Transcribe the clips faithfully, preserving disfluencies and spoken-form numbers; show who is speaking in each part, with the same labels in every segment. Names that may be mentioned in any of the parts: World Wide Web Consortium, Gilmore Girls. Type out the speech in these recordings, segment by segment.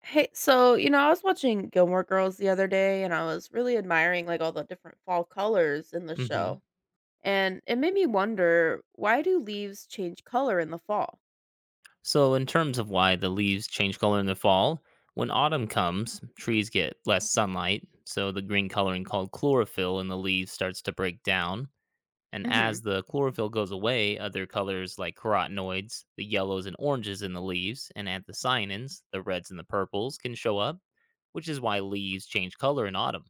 Speaker 1: Hey, so, you know, I was watching Gilmore Girls the other day and I was really admiring like all the different fall colors in the
Speaker 2: Hmm.
Speaker 1: show. And it made me wonder, why do leaves change color in the fall?
Speaker 2: So, in terms of why the leaves change color in the fall, when autumn comes, trees get less sunlight, so the green coloring called chlorophyll in the leaves starts to break down. And
Speaker 1: Hmm
Speaker 2: as the chlorophyll goes away, other colors like carotenoids, the yellows and oranges in the leaves, and anthocyanins, the reds and the purples, can show up, which is why leaves change color in autumn.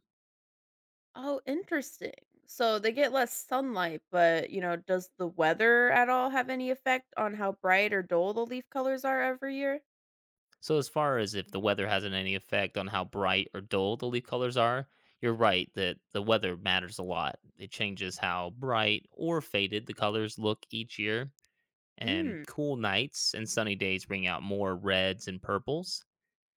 Speaker 1: Oh, interesting. So they get less sunlight, but, you know, does the weather at all have any effect on how bright or dull the leaf colors are every year?
Speaker 2: So, as far as if the weather has any effect on how bright or dull the leaf colors are, you're right that the weather matters a lot. It changes how bright or faded the colors look each year, and
Speaker 1: Mm.
Speaker 2: cool nights and sunny days bring out more reds and purples.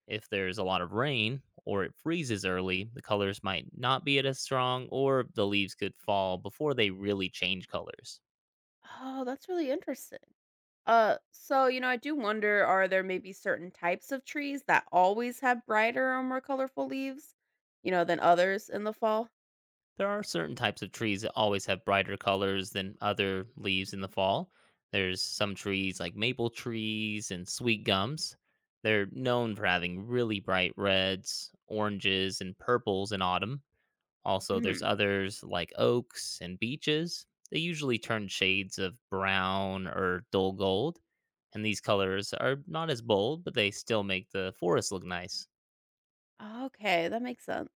Speaker 2: If there's a lot of rain or it freezes early, the colors might not be as strong, or the leaves could fall before they really change colors.
Speaker 1: Oh, that's really interesting. Uh, so you know, I do wonder, are there maybe certain types of trees that always have brighter or more colorful leaves, you know, than others in the fall?
Speaker 2: There are certain types of trees that always have brighter colors than other leaves in the fall. There's some trees like maple trees and sweet gums. They're known for having really bright reds, oranges, and purples in autumn. Also, there's
Speaker 1: Hmm.
Speaker 2: others like oaks and beeches. They usually turn shades of brown or dull gold. And these colors are not as bold, but they still make the forest look nice.
Speaker 1: Okay, that makes sense.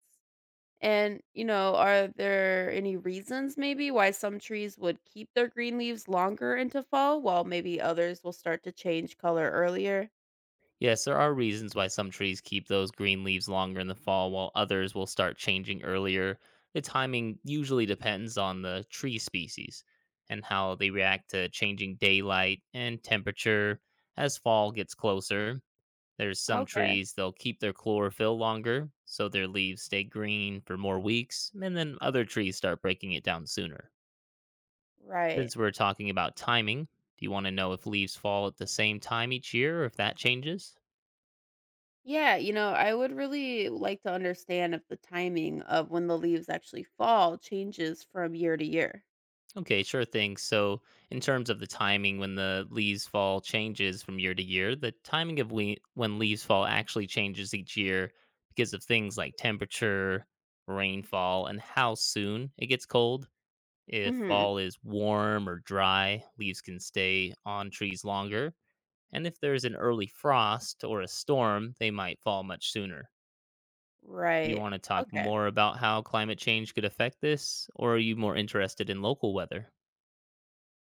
Speaker 1: And you know, are there any reasons maybe why some trees would keep their green leaves longer into fall, while maybe others will start to change color earlier?
Speaker 2: Yes, there are reasons why some trees keep those green leaves longer in the fall while others will start changing earlier. The timing usually depends on the tree species and how they react to changing daylight and temperature as fall gets closer. There's some
Speaker 1: Okay,
Speaker 2: trees they'll keep their chlorophyll longer, so their leaves stay green for more weeks, and then other trees start breaking it down sooner.
Speaker 1: right.
Speaker 2: Since we're talking about timing, do you want to know if leaves fall at the same time each year or if that changes?
Speaker 1: Yeah, you know, I would really like to understand if the timing of when the leaves actually fall changes from year to year.
Speaker 2: Okay, sure thing. So, in terms of the timing when the leaves fall changes from year to year, the timing of we- when leaves fall actually changes each year because of things like temperature, rainfall, and how soon it gets cold. If
Speaker 1: Mhm.
Speaker 2: fall is warm or dry, leaves can stay on trees longer. And if there's an early frost or a storm, they might fall much sooner. You
Speaker 1: Right.
Speaker 2: want to talk
Speaker 1: Okay.
Speaker 2: more about how climate change could affect this, or are you more interested in local weather?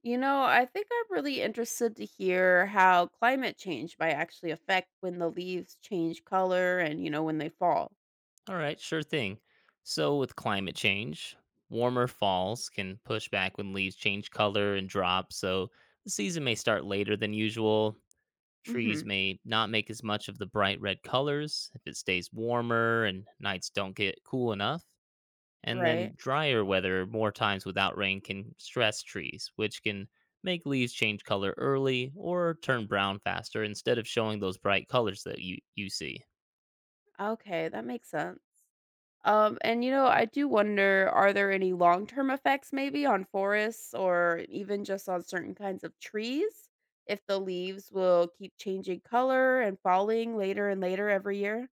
Speaker 1: You know, I think I'm really interested to hear how climate change might actually affect when the leaves change color and, you know, when they fall.
Speaker 2: All right, sure thing. So, with climate change, warmer falls can push back when leaves change color and drop, so the season may start later than usual. Trees
Speaker 1: Mhm.
Speaker 2: may not make as much of the bright red colors if it stays warmer and nights don't get cool enough. And then,
Speaker 1: Right.
Speaker 2: drier weather, more times without rain, can stress trees, which can make leaves change color early or turn brown faster instead of showing those bright colors that you, you see.
Speaker 1: Okay, that makes sense. Um and you know, I do wonder, are there any long-term effects maybe on forests or even just on certain kinds of trees if the leaves will keep changing color and falling later and later every year?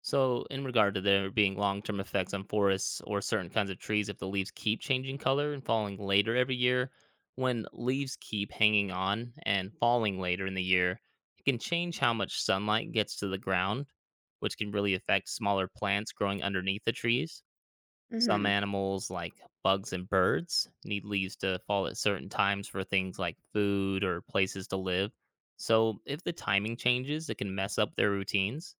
Speaker 2: So, in regard to there being long term effects on forests or certain kinds of trees if the leaves keep changing color and falling later every year, when leaves keep hanging on and falling later in the year, it can change how much sunlight gets to the ground, which can really affect smaller plants growing underneath the trees. Some
Speaker 1: Mhm.
Speaker 2: animals, like bugs and birds, need leaves to fall at certain times for things like food or places to live. So, if the timing changes, it can mess up their routines.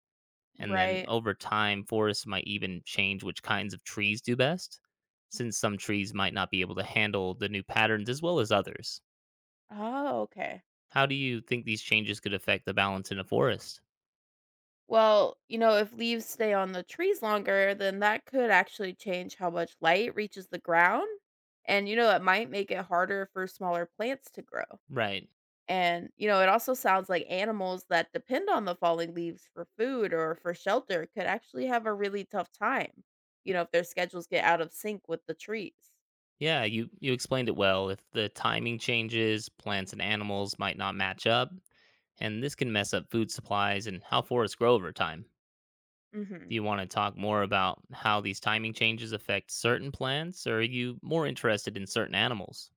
Speaker 2: And then
Speaker 1: Right.
Speaker 2: over time, forests might even change which kinds of trees do best, since some trees might not be able to handle the new patterns as well as others.
Speaker 1: Oh, okay.
Speaker 2: How do you think these changes could affect the balance in a forest?
Speaker 1: Well, you know, if leaves stay on the trees longer, then that could actually change how much light reaches the ground. And, you know, it might make it harder for smaller plants to grow.
Speaker 2: Right.
Speaker 1: And, you know, it also sounds like animals that depend on the falling leaves for food or for shelter could actually have a really tough time, you know, if their schedules get out of sync with the trees.
Speaker 2: Yeah, you, you explained it well. If the timing changes, plants and animals might not match up, and this can mess up food supplies and how forests grow over time.
Speaker 1: Hmm
Speaker 2: Do you want to talk more about how these timing changes affect certain plants, or are you more interested in certain animals?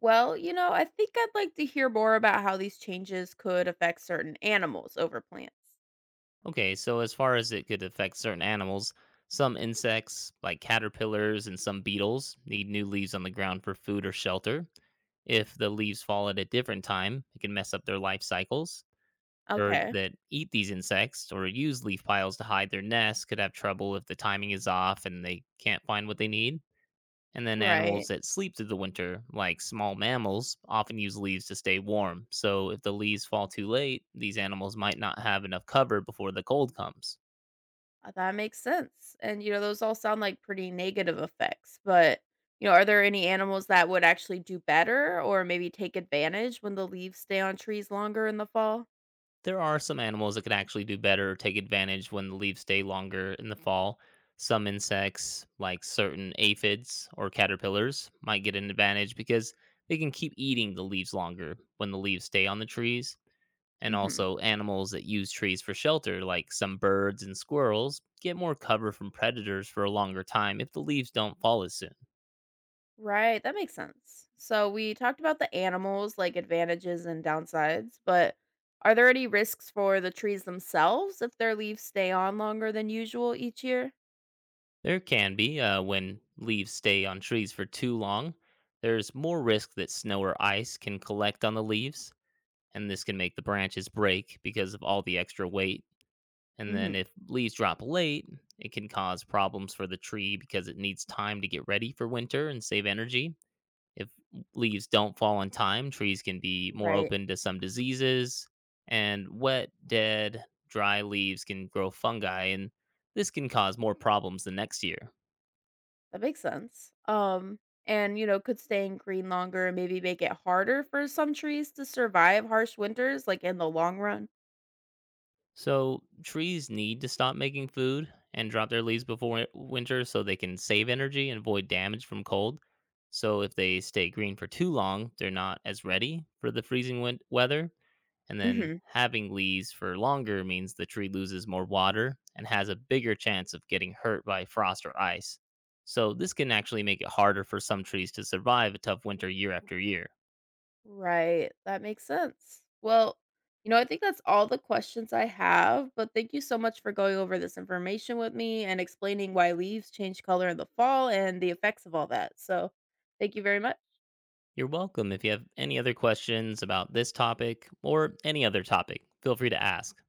Speaker 1: Well, you know, I think I'd like to hear more about how these changes could affect certain animals over plants.
Speaker 2: Okay, so as far as it could affect certain animals, some insects, like caterpillars and some beetles, need new leaves on the ground for food or shelter. If the leaves fall at a different time, it can mess up their life cycles. Birds
Speaker 1: Okay.
Speaker 2: that eat these insects or use leaf piles to hide their nests could have trouble if the timing is off and they can't find what they need. And then
Speaker 1: Right.
Speaker 2: animals that sleep through the winter, like small mammals, often use leaves to stay warm. So if the leaves fall too late, these animals might not have enough cover before the cold comes.
Speaker 1: Uh, that makes sense, and, you know, those all sound like pretty negative effects, but, you know, are there any animals that would actually do better or maybe take advantage when the leaves stay on trees longer in the fall?
Speaker 2: There are some animals that can actually do better or take advantage when the leaves stay longer in the fall. Some insects, like certain aphids or caterpillars, might get an advantage because they can keep eating the leaves longer when the leaves stay on the trees. And
Speaker 1: Mhm.
Speaker 2: also, animals that use trees for shelter, like some birds and squirrels, get more cover from predators for a longer time if the leaves don't fall as soon.
Speaker 1: Right, that makes sense. So we talked about the animals, like advantages and downsides, but are there any risks for the trees themselves if their leaves stay on longer than usual each year?
Speaker 2: There can be, uh, when leaves stay on trees for too long, there's more risk that snow or ice can collect on the leaves and this can make the branches break because of all the extra weight. And then
Speaker 1: Mhm.
Speaker 2: if leaves drop late, it can cause problems for the tree because it needs time to get ready for winter and save energy. If leaves don't fall on time, trees can be more
Speaker 1: Right.
Speaker 2: open to some diseases, and wet, dead, dry leaves can grow fungi, and this can cause more problems the next year.
Speaker 1: That makes sense. Um, and you know, could staying green longer and maybe make it harder for some trees to survive harsh winters, like in the long run.
Speaker 2: So, trees need to stop making food and drop their leaves before wi- winter so they can save energy and avoid damage from cold. So, if they stay green for too long, they're not as ready for the freezing win- weather. And then
Speaker 1: Hmm
Speaker 2: having leaves for longer means the tree loses more water and has a bigger chance of getting hurt by frost or ice. So, this can actually make it harder for some trees to survive a tough winter year after year.
Speaker 1: Right. That makes sense. Well, you know, I think that's all the questions I have, but thank you so much for going over this information with me and explaining why leaves change color in the fall and the effects of all that. So, thank you very much.
Speaker 2: You're welcome. If you have any other questions about this topic or any other topic, feel free to ask.